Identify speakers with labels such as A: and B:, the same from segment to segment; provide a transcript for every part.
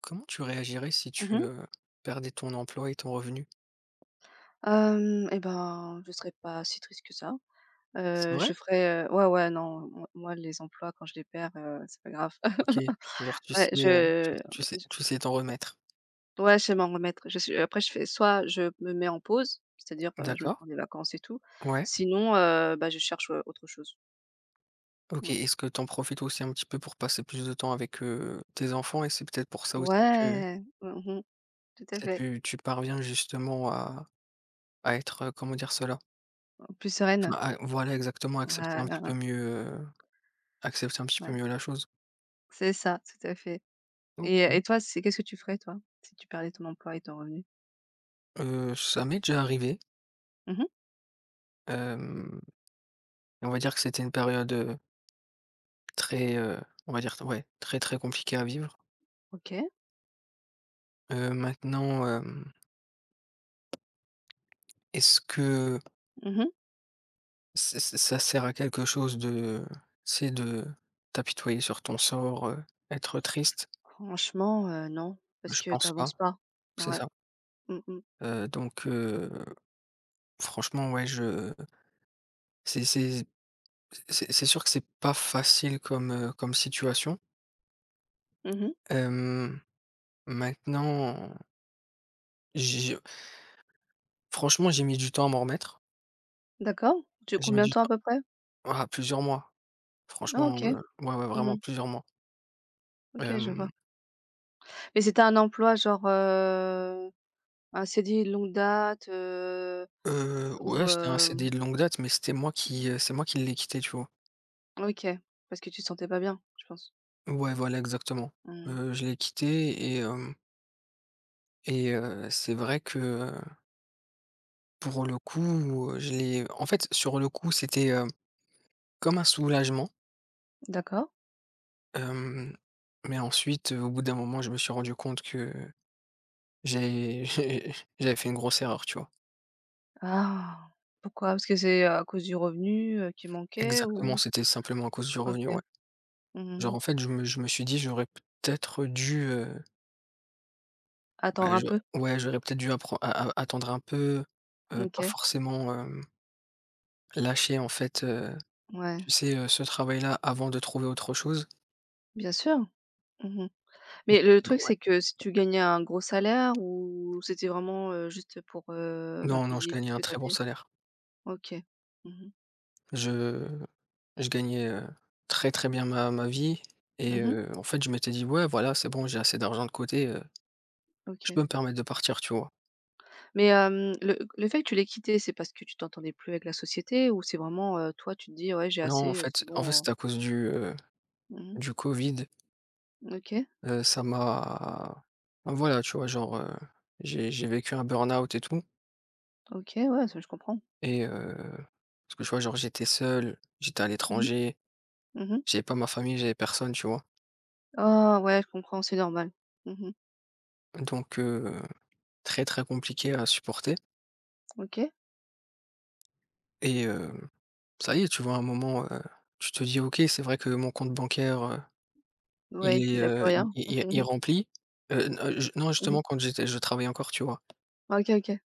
A: Comment tu réagirais si
B: Mmh
A: tu,
B: mh.
A: perdais ton emploi et ton revenu?
B: Hem et ben, je serais pas si triste que ça.
A: C'est vrai?
B: Je ferais, ouais, ouais, non, moi les emplois quand je les perds, c'est pas grave.
A: OK. Genre tu sais,
B: Ouais,
A: tu sais
B: je
A: tu sais t'en remettre.
B: ouais, je sais m'en remettre. Je suis après je fais soit je me mets en pause, c'est-à-dire, je me
A: D'accord.
B: prends des vacances et tout.
A: Ouais.
B: Sinon, bah, je cherche, autre chose.
A: OK,
B: Mmh.
A: est-ce que t'en profites aussi un petit peu pour passer plus de temps avec, tes enfants et c'est peut-être pour ça aussi que
B: Ouais, tout à
A: ça
B: fait.
A: tu parviens justement à être, comment dire cela?
B: Plus
A: Enfin
B: sereine.
A: à voilà exactement,
B: Ouais,
A: accepter un
B: hein,
A: petit peu
B: hein,
A: mieux, heu, accepter un petit peu
B: ouais.
A: mieux la chose.
B: C'est ça, tout à fait. et
A: OK.
B: et toi, c'est qu'est-ce que tu ferais toi, si tu perdais ton emploi et ton revenu?
A: Ça m'est déjà arrivé,
B: Mmh.
A: hem, on va dire que c'était une période, très, on va dire ouais, très, très compliqué à vivre.
B: OK.
A: Maintenant, est-ce que
B: Mmh.
A: ç ç ça sert à quelque chose de c'est de t'apitoyer sur ton sort, être triste?
B: Franchement, non, parce
A: Je
B: que
A: pense pas,
B: t'avances pas.
A: c'est
B: Ouais.
A: ça.
B: Mmh mh.
A: Donc franchement, ouais, je c'est c'est c'est sûr que c'est pas facile comme, comme situation.
B: Mmh.
A: Hem, Maintenant, j'ai franchement, j'ai mis du temps à m'en remettre.
B: D'accord. Tu
A: J'ai mis
B: combien de
A: du
B: temps
A: temps
B: à peu près?
A: Ah, plusieurs mois.
B: Ah,
A: Franchement,
B: OK.
A: ouais, ouais, vraiment
B: Mmh.
A: plusieurs mois.
B: OK, je
A: Hem,
B: vois. Mais c'était un emploi genre, un CDI de longue date, ou
A: ouais, c'était un CD de longue date, mais c'était moi qui, c'est moi qui l'ai quitté, tu vois?
B: OK, parce que tu te sentais pas bien, je pense?
A: Ouais, voilà, exactement.
B: Mmh.
A: Je l'ai quitté et hem et c'est vrai que, pour le coup, je l'ai en fait, sur le coup, c'était, comme un soulagement,
B: D'accord.
A: hem, mais ensuite, au bout d'un moment, je me suis rendu compte que j'ai j'ai j'avais fait une grosse erreur, tu vois?
B: Ah! Pourquoi? Parce que c'est à cause du revenu, qui manquait
A: Exactement,
B: ou?
A: c'était simplement à cause du
B: OK.
A: revenu, ouais. Genre,
B: Mmh.
A: en fait, je me suis dit: «J'aurais peut-être dû»
B: Attendre
A: Ouais,
B: un
A: je
B: peu?
A: ouais, j'aurais peut-être dû appren a a attendre un peu, pas
B: OK.
A: forcément, lâcher en fait,
B: Ouais,
A: tu sais, ce travail-là avant de trouver autre chose.
B: bien sûr. Mmh. Mais le truc,
A: Ouais.
B: c'est que si tu gagnais un gros salaire ou c'était vraiment, juste pour, bah,
A: Non, non, je
B: payer tout
A: gagnais
B: ce
A: un
B: que tu as
A: très bon
B: payé?
A: salaire.
B: OK. Mmh mh.
A: Je je gagnais, très, très bien ma vie et
B: Mmh.
A: en fait, je m'étais dit: «Ouais, voilà, c'est bon, j'ai assez d'argent de côté, je
B: OK.
A: peux me permettre de partir», tu vois?
B: Mais, le fait que tu l'aies quitté, c'est parce que tu t'entendais plus avec la société ou c'est vraiment, toi, tu te dis: «Ouais, j'ai
A: Non, en
B: assez,
A: fait
B: c'est
A: en fait,
B: bon,»
A: c'est à cause du, heu,
B: mmh.
A: du Covid,
B: OK,
A: ça m'a voilà, tu vois, genre, j'ai vécu un burn-out et tout.
B: OK, ouais, ça, je comprends.
A: Et heu, Parce que tu vois, genre, j'étais seul, j'étais à
B: Mmh mh.
A: l'étranger,
B: Mmh.
A: j'avais pas ma famille, j'avais personne, tu vois?
B: Ah ouais, je comprends, c'est normal. Mmh.
A: Donc très, très compliqué à supporter
B: OK.
A: et ça y est, tu vois, à un moment, tu te dis: «OK, c'est vrai que mon compte bancaire, il
B: Ouais,
A: est,
B: il a plus
A: il
B: rien.
A: il il il est
B: Mmh.
A: n j non,
B: Mmh.
A: justement, quand j'étais je travaillais encore, tu vois?
B: OK, OK.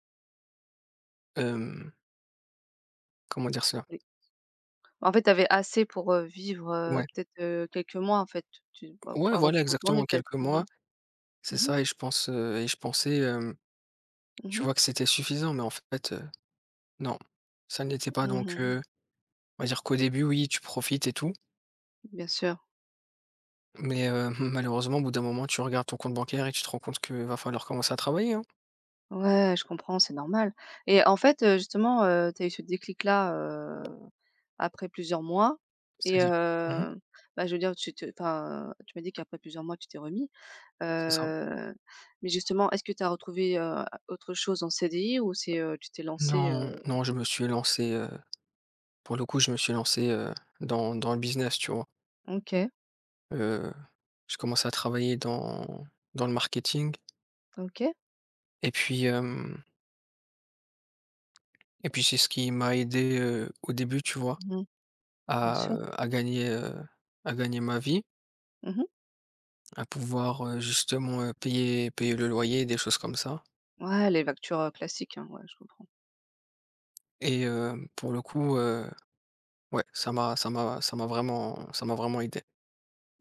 A: Hem, Comment dire cela?
B: En fait, tu avais assez pour, vivre,
A: Ouais.
B: peut-être, quelques mois en fait, tu av
A: Ouais,
B: avant de
A: voilà,
B: te
A: exactement,
B: retourner peut-être?
A: quelques
B: Mmh
A: mois,
B: mh. Mmh
A: c'est
B: mh.
A: ça et je pensais, tu
B: Mmh.
A: vois, que c'était suffisant mais en fait, non, ça ne l'était pas donc
B: Mmh.
A: On va dire qu'au début, oui, tu profites et tout,
B: Bien sûr.
A: mais malheureusement, au bout d'un moment, tu regardes ton compte bancaire et tu te rends compte qu'il va falloir commencer à travailler, hein.
B: Ouais, je comprends, c'est normal. Et en fait, justement, tu as eu ce déclic-là, après plusieurs mois. Et
A: C'est-à-dire mmh
B: bah, je veux dire tu te enfin, tu m'as dit qu'après plusieurs mois tu t'es remis,
A: c'est ça.
B: heu, mais justement est-ce que tu as retrouvé, autre chose en CDI, ou c'est, tu t'es lancé?
A: Non, non, je me suis lancé, pour le coup, je me suis lancé, dans le business, tu vois?
B: OK,
A: Heu, j'ai commencé à travailler dans le marketing
B: OK.
A: et puis, hem et puis c'est ce qui m'a aidé, au début, tu vois?
B: Mmh. Bien
A: À,
B: sûr.
A: à gagner, heu, à gagner ma vie,
B: Mmh.
A: à pouvoir, justement, payer le loyer, des choses comme ça.
B: Ouais, les factures, classiques, hein, ouais, je comprends.
A: Pour le coup, ouais, ça m'a vraiment aidé.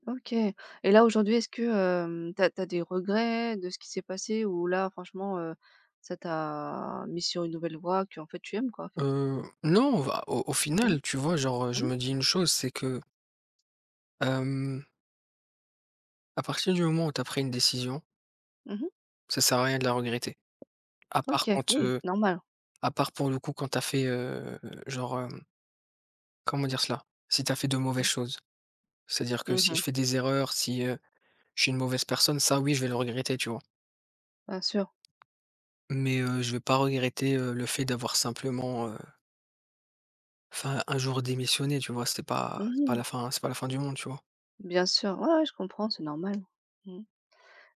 B: OK. Et là, aujourd'hui, est-ce que, t'as as des regrets de ce qui s'est passé, ou là, franchement, ça t'a mis sur une nouvelle voie que en fait, tu aimes, quoi, en fait?
A: Non, va au
B: Mmh,
A: final, tu vois, genre, je
B: mmh,
A: me dis une chose, c'est que, hem, à partir du moment où tu as pris une décision,
B: mmh.
A: ça sert à rien de la regretter. À part
B: OK,
A: quand,
B: oui,
A: heu,
B: normal.
A: à part pour le coup quand t'as fait, genre, comment dire cela? Si t'as fait de mauvaises
B: Mmh.
A: choses. C'est-à-dire que si je
B: Mmh.
A: fais des erreurs, si, je suis une mauvaise personne, ça oui, je vais le regretter, tu vois?
B: Bien sûr.
A: Mais, je vais pas regretter, le fait d'avoir simplement, enfin, un jour démissionner, tu vois?
B: Mmh.
A: C'est pas la fin du monde, tu vois?
B: Bien sûr. Ouais, ouais, je comprends, c'est normal. Mmh.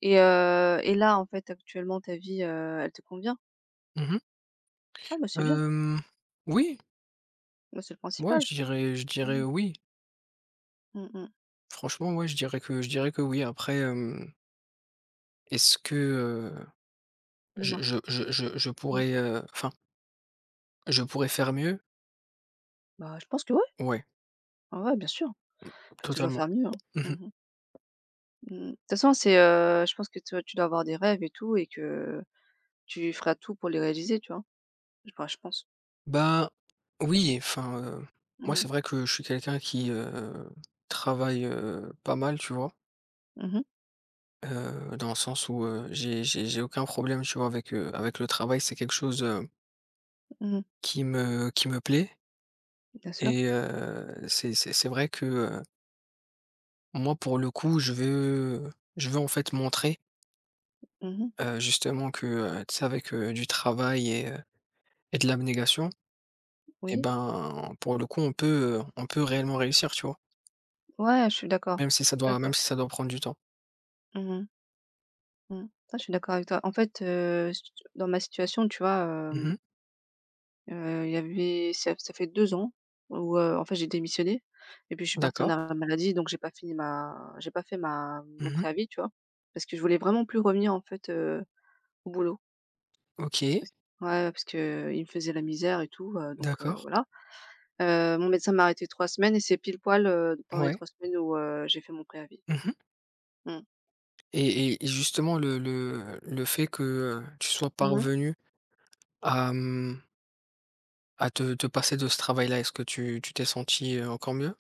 B: Et là, en fait, actuellement, ta vie, elle te convient?
A: Mmh mh.
B: Ah bah, c'est bien,
A: Oui,
B: bah, c'est le
A: ouais,
B: principal.
A: je dirais je
B: Mmh
A: dirais
B: mh.
A: oui.
B: Mmh.
A: Franchement, ouais, je dirais que oui. Après, est-ce que, je
B: Dis-moi?
A: je je je je
B: Mmh.
A: pourrais, enfin, je pourrais faire mieux?
B: Bah, je pense que ouais,
A: Ouais,
B: ouais, ouais, bien sûr. On peut toujours
A: totalement.
B: faire mieux, hein.
A: Mmh.
B: Mmh. Mmh. De toute façon, c'est, je pense que toi, tu dois avoir des rêves et tout et que tu feras tout pour les réaliser, tu vois? Je pense.
A: Bah, oui, enfin, moi,
B: Mmh
A: c'est
B: mh.
A: vrai que je suis quelqu'un qui, travaille, pas mal, tu vois?
B: Mmh.
A: Dans le sens où, j'ai aucun problème, tu vois, avec, avec le travail. C'est quelque chose,
B: Mmh.
A: qui me plaît
B: Bien sûr.
A: et c'est vrai que, moi pour le coup, je veux en fait montrer,
B: Mmh.
A: justement que, tu sais avec, du travail et de l'abnégation et
B: Oui.
A: ben, pour le coup on peut réellement réussir, tu vois?
B: Ouais, je suis d'accord. Tout à
A: Même
B: fait.
A: si ça doit prendre du temps.
B: Mmh mh. Mmh. Ça, je suis d'accord avec toi. En fait, j dans ma situation, tu vois,
A: Mmh.
B: il y avait ça ça fait 2 ans où, en fait, j'ai démissionné et puis je suis partie en
A: D'accord.
B: arrêt maladie, donc j'ai pas fait ma mon
A: Mmh.
B: préavis, tu vois? Parce que je voulais vraiment plus revenir, en fait, au boulot.
A: OK.
B: Parce ouais, parce que qu'il me faisait la misère et tout, donc,
A: D'accord.
B: voilà. Mon médecin m'a arrêté 3 semaines et c'est pile poil, pendant les
A: Ouais.
B: 3 semaines où, j'ai fait mon préavis.
A: Mmh
B: Mmh.
A: et justement le fait que, tu sois
B: Mmh mh.
A: parvenu à, de passer de ce travail-là, est-ce que tu t'es senti encore mieux?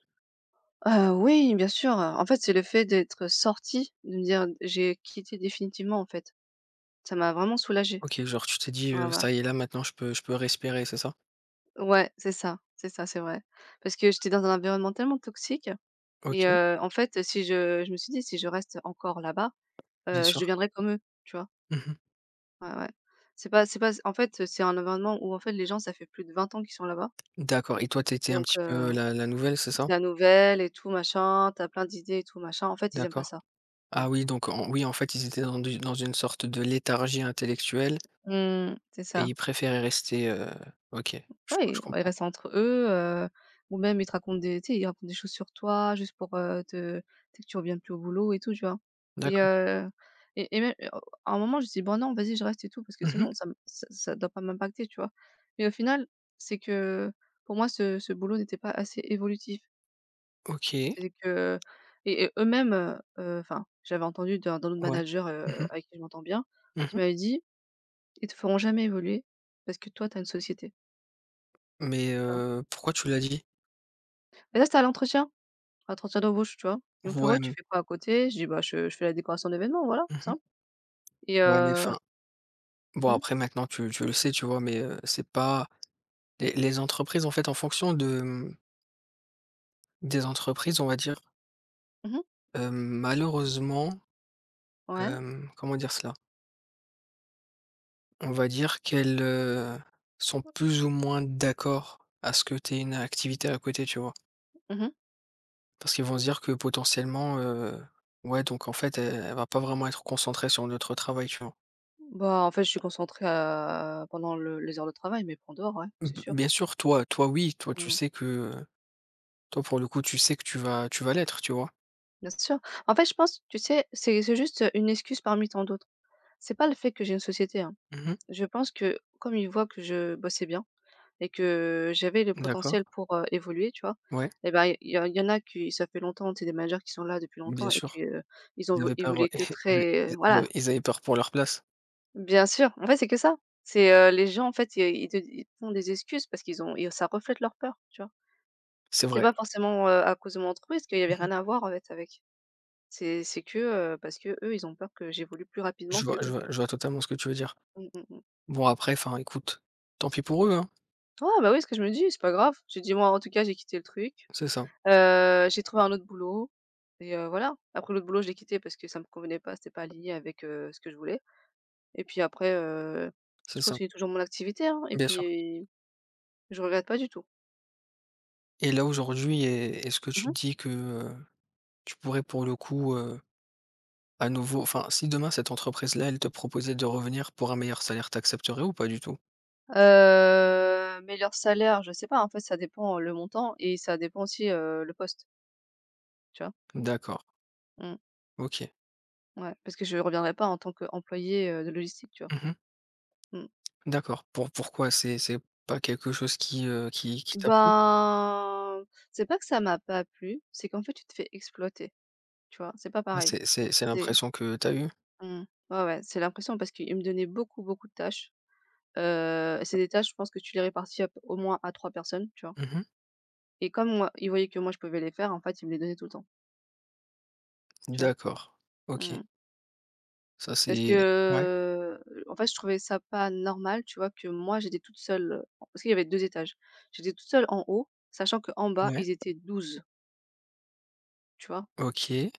B: Oui, bien sûr, en fait, c'est le fait d'être sortie, de me dire: «J'ai quitté définitivement», en fait. Ça m'a vraiment soulagée.
A: OK, genre tu t'es dit,
B: Ouais, ouais.
A: «Ça y est, là maintenant je peux respirer», c'est ça?
B: Ouais, c'est ça, c'est ça, c'est vrai. Parce que j'étais dans un environnement tellement toxique. Et
A: OK,
B: en fait, si je me suis dit: «Si je reste encore là-bas,
A: bien
B: je
A: sûr.
B: deviendrai comme eux», tu vois?
A: Mmh.
B: Ouais, ouais. C'est pas en fait, c'est un environnement où en fait les gens, ça fait plus de 20 ans qu'ils sont là-bas,
A: D'accord et toi t'étais un
B: donc,
A: petit peu la nouvelle, c'est
B: c'est
A: ça?
B: la nouvelle et tout machin, t'as plein d'idées et tout machin. En fait, ils aiment pas
A: D'accord.
B: ça, ouais.
A: Ah oui donc en fait, ils étaient dans une sorte de léthargie intellectuelle
B: Mmh, c'est
A: et
B: ça.
A: ils préféraient rester, OK, je
B: Ouais, ils
A: comprends.
B: restent entre eux, heu, ou même ils te racontent des, tu sais, ils racontent des choses sur toi juste pour, te tu sais que tu reviennes plus au boulot et tout, tu vois? Et
A: D'accord.
B: heu, et même et oh, à un moment je dis: «Bon non, vas-y, je reste et tout parce que de toute
A: Mmh.
B: façon ça me ça ça doit pas m'impacter», tu vois? Mais au final, c'est que pour moi ce boulot n'était pas assez évolutif.
A: OK,
B: C'est que et eux-mêmes, enfin, j'avais entendu d'un autre
A: ouais.
B: manager,
A: Mmh mh.
B: avec qui je m'entends bien,
A: Mmh.
B: qui m'avait dit: «Ils te feront jamais évoluer parce que toi, tu as une société»,
A: Mais
B: tu vois?
A: pourquoi tu l'as dit?
B: Et là, c'était à l'entretien d'embauche, tu vois? Ils me fait:
A: Ouais,
B: «Ouais, tu
A: mmh
B: fais quoi à côté?» Je dis: «Bah, je fais la décoration d'événements, voilà,
A: mh.
B: simple.» et
A: Ouais mais
B: heu
A: enfin, bon
B: mmh,
A: après maintenant tu le sais, tu vois? Mais c'est pas Les les entreprises, en fait, en fonction de, des entreprises, on va dire,
B: mmh
A: malheureusement,
B: ouais,
A: comment dire cela? On va dire qu'elles, sont plus ou moins d'accord à ce que tu aies une activité à côté, tu vois?
B: mmh.
A: Parce qu'ils vont se dire que potentiellement, ouais, donc en fait, elle va pas vraiment être concentrée sur notre travail, tu vois?
B: Bah, en fait, je suis concentrée à pendant le les heures de travail, mais en dehors, ouais, c'est
A: B
B: sûr.
A: Bien sûr, toi, oui, toi, tu
B: Mmh,
A: sais que, toi, pour le coup, tu sais que tu vas l'être, tu vois?
B: bien sûr. En fait, je pense, tu sais, c'est juste, une excuse parmi tant d'autres. C'est pas le fait que j'ai une société, hein.
A: Mmh.
B: Je pense que comme ils voient que je bossais bien et que j'avais le
A: D'accord,
B: potentiel pour, évoluer, tu vois?
A: ouais,
B: Et ben il y en a qui, ça fait longtemps, c'est des managers qui sont là depuis
A: bien
B: longtemps et que,
A: sûr.
B: ils ont
A: Ils
B: vo
A: avaient peur,
B: évolué que
A: ils a
B: très
A: ils
B: voilà,
A: avaient ils avaient peur pour leur place.
B: bien sûr, en fait, c'est que ça. C'est, les gens, en fait, ils te font des excuses parce qu'ils ont et ça reflète leur peur, tu vois?
A: C'est
B: C'est
A: vrai.
B: pas forcément, à cause de mon entreprise qu'il y avait
A: Mmh.
B: rien à voir, en fait, avec. C'est que, parce que eux ils ont peur que j'évolue plus rapidement
A: Je vois je
B: qu'eux.
A: vois je vois totalement ce que tu veux dire.
B: Mmh mh, mmh.
A: Bon après, enfin écoute, tant pis pour eux, hein.
B: Ouais, bah, oui, ce que je me dis, c'est pas grave. J'ai dit: «Moi, en tout cas, j'ai quitté le truc.»
A: C'est ça,
B: J'ai trouvé un autre boulot et, voilà. Après l'autre boulot, je l'ai quitté parce que ça me convenait pas, c'était pas aligné avec, ce que je voulais. Et puis après,
A: c'est
B: je
A: ça.
B: continue toujours mon activité, hein. Et
A: Bien sûr.
B: puis je regrette pas du tout.
A: Et là aujourd'hui, est-ce que tu
B: Mmh
A: te
B: mh.
A: dis que, tu pourrais pour le coup, à nouveau enfin si demain cette entreprise-là, elle te proposait de revenir pour un meilleur salaire, t'accepterais ou pas du tout?
B: Mais leur salaire, je sais pas, en fait, ça dépend le montant et ça dépend aussi, le poste, tu vois?
A: D'accord,
B: Mmh,
A: OK.
B: ouais, parce que je reviendrai pas en tant qu'employée, de logistique, tu vois?
A: Mmh.
B: Mmh.
A: D'accord. Pourquoi? C'est pas quelque chose qui, qui t'a plu?
B: Ben, c'est pas que ça m'a pas plu, c'est qu'en fait, tu te fais exploiter, tu vois? C'est pas
A: Ah
B: pareil.
A: c'est
B: C'est
A: l'impression que t'as as eue?
B: Mmh. Ouais, ouais, c'est l'impression parce qu'il me donnait beaucoup, beaucoup de tâches. C'est des tâches, je pense que tu les répartis à p au moins à 3 personnes, tu vois?
A: Mmh.
B: Et comme moi, il voyait que moi je pouvais les faire, en fait, il me les donnait tout le temps, tu vois?
A: D'accord. OK.
B: Mmh.
A: Ça
B: Parce
A: c'est Ouais,
B: que, en fait, je trouvais ça pas normal, tu vois? Que moi j'étais toute seule, parce qu'il y avait 2 étages. J'étais toute seule en haut, sachant qu'en bas,
A: ouais,
B: ils étaient 12, tu vois?
A: OK.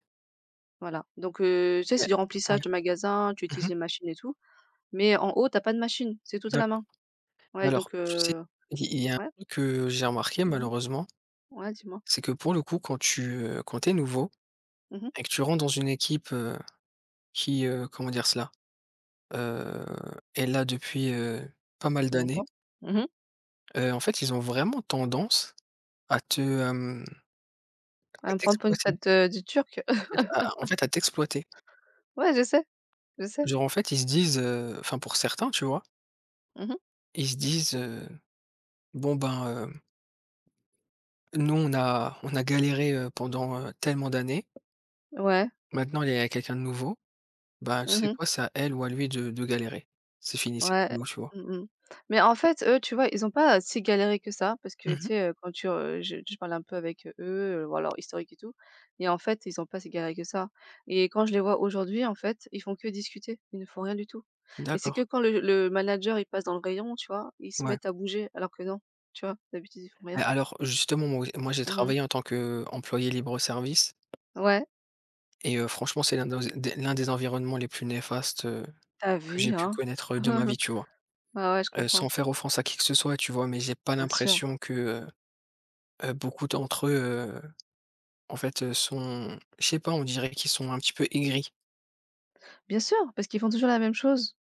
B: Voilà. Donc, tu sais,
A: Mais
B: c'est du
A: ouais,
B: remplissage de magasin, tu
A: mmh
B: utilises
A: mh,
B: les machines et tout, mais en haut, t'as pas de machine, c'est tout à la
A: d'accord.
B: main.
A: Mais
B: Ouais,
A: alors,
B: donc,
A: tu sais, il y a un
B: ouais?
A: truc que j'ai remarqué
B: Mmh.
A: malheureusement,
B: Ouais, dis-moi?
A: c'est que pour le coup quand tu es nouveau
B: Mmh mh.
A: et que tu rentres dans une équipe, qui, comment dire cela? Heu, Est là depuis, pas mal d'années,
B: Longtemps. Mmh mh.
A: en fait ils ont vraiment tendance à te, hem, à
B: À me prendre pour une
A: t'exploiter.
B: tête, du Turc.
A: En fait à t'exploiter.
B: Ouais, je sais, je sais.
A: Genre en fait ils se disent, enfin pour certains, tu vois?
B: Mmh mh.
A: Ils se disent, «Bon ben, nous on a galéré, pendant, tellement d'années,
B: Ouais.
A: maintenant, il est avec quelqu'un de nouveau, bah, tu
B: Mmh
A: sais
B: mh.
A: quoi? C'est à elle ou à lui de galérer. C'est fini, c'est plus
B: Ouais.
A: nous, tu vois?
B: Mmh mh. Mais en fait, eux, tu vois, ils ont pas si galéré que ça parce que, tu
A: Mmh.
B: sais, quand tu re je parlais un peu avec, eux, voir leur historique et tout. Et en fait, ils ont pas si galéré que ça, et quand je les vois aujourd'hui, en fait, ils font que discuter, ils ne font rien du tout. Et c'est que
A: D'accord,
B: quand le manager, il passe dans le rayon, tu vois, ils se
A: ouais.
B: mettent à bouger alors que non, tu vois? D'habitude, ils font rien.
A: Mais alors justement, moi j'ai
B: Mmh mh.
A: travaillé en tant qu'employé libre-service
B: Ouais,
A: et franchement, c'est l'un des environnements les plus néfastes,
B: tu as
A: que j'ai
B: vu,
A: pu
B: hein?
A: connaître, de ma vie, tu vois?
B: Ouais, ouais, je
A: Sans
B: comprends.
A: faire offense à qui que ce soit, tu vois? Mais j'ai pas
B: Bien sûr,
A: l'impression que, heu beaucoup d'entre eux, en fait, sont je sais pas, on dirait qu'ils sont un petit peu aigris.
B: bien sûr, parce qu'ils font toujours la même chose.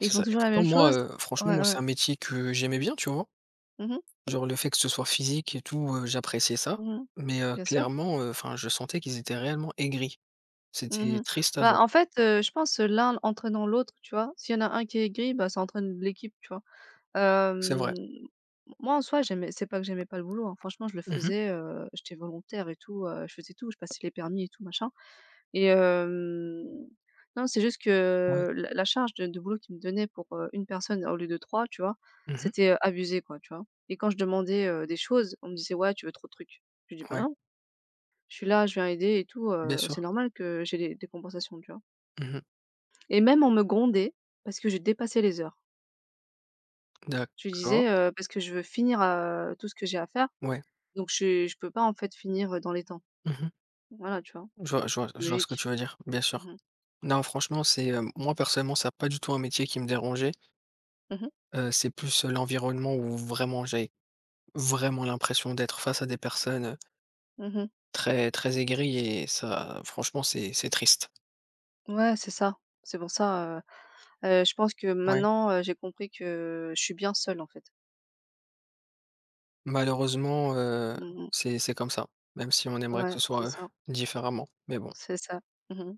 B: Ils font
A: ça et
B: toujours la
A: pourtant
B: même
A: moi,
B: chose.
A: franchement,
B: Ouais,
A: moi,
B: ouais.
A: c'est un métier que j'aimais bien, tu vois?
B: Mmh mh.
A: Genre le fait que ce soit physique et tout, j'appréciais ça,
B: Mmh.
A: mais
B: Bien sûr.
A: clairement, enfin, je sentais qu'ils étaient réellement aigris. C'était
B: Mmh.
A: triste à voir.
B: Bah, en fait, je pense, l'un entraînant l'autre, tu vois? S'il y en a un qui est gris, bah, ça entraîne l'équipe, tu vois?
A: C'est vrai.
B: Hem, Moi, en soi, j'aimais c'est pas que j'aimais pas le boulot, hein. Franchement, je le
A: Mmh mh.
B: faisais, j'étais volontaire et tout, je faisais tout, je passais les permis et tout machin. Et non, c'est juste
A: Ouais.
B: que la charge de boulot qu'ils me donnaient pour, une personne au lieu de trois, tu vois?
A: Mmh.
B: C'était, abusé quoi, tu vois? Et quand je demandais, des choses, on me disait: «Ouais, tu veux trop de trucs.» Je dis: «Bah
A: Ouais,
B: non, je suis là, je viens aider et tout,
A: bien
B: c'est
A: sûr.
B: normal que j'ai des compensations», tu vois?
A: Mmh.
B: Et même on me grondait parce que je dépassais les heures. Je
A: D'accord.
B: disais, «Parce que je veux finir, tout ce que j'ai à faire.»
A: Ouais.
B: Donc je peux pas, en fait, finir, dans les temps.
A: Mmh.
B: Voilà, tu vois?
A: Je vois ce que
B: Logique.
A: tu veux dire, bien sûr.
B: Mmh mh.
A: Non, franchement, c'est, moi personnellement, ça a pas du tout un métier qui me dérangeait,
B: Mmh.
A: c'est plus, l'environnement où vraiment j'avais vraiment l'impression d'être face à des personnes,
B: Mmh.
A: très, très aigries et ça, franchement, c'est triste.
B: Ouais, c'est ça. C'est pour ça, je pense que
A: Ouais.
B: maintenant, j'ai compris que je suis bien seule, en fait.
A: Malheureusement,
B: Mmh.
A: c'est comme ça, même si on aimerait que
B: Ouais,
A: ce
B: c'est
A: soit,
B: ça,
A: différemment, mais bon.
B: c'est ça. Mmh.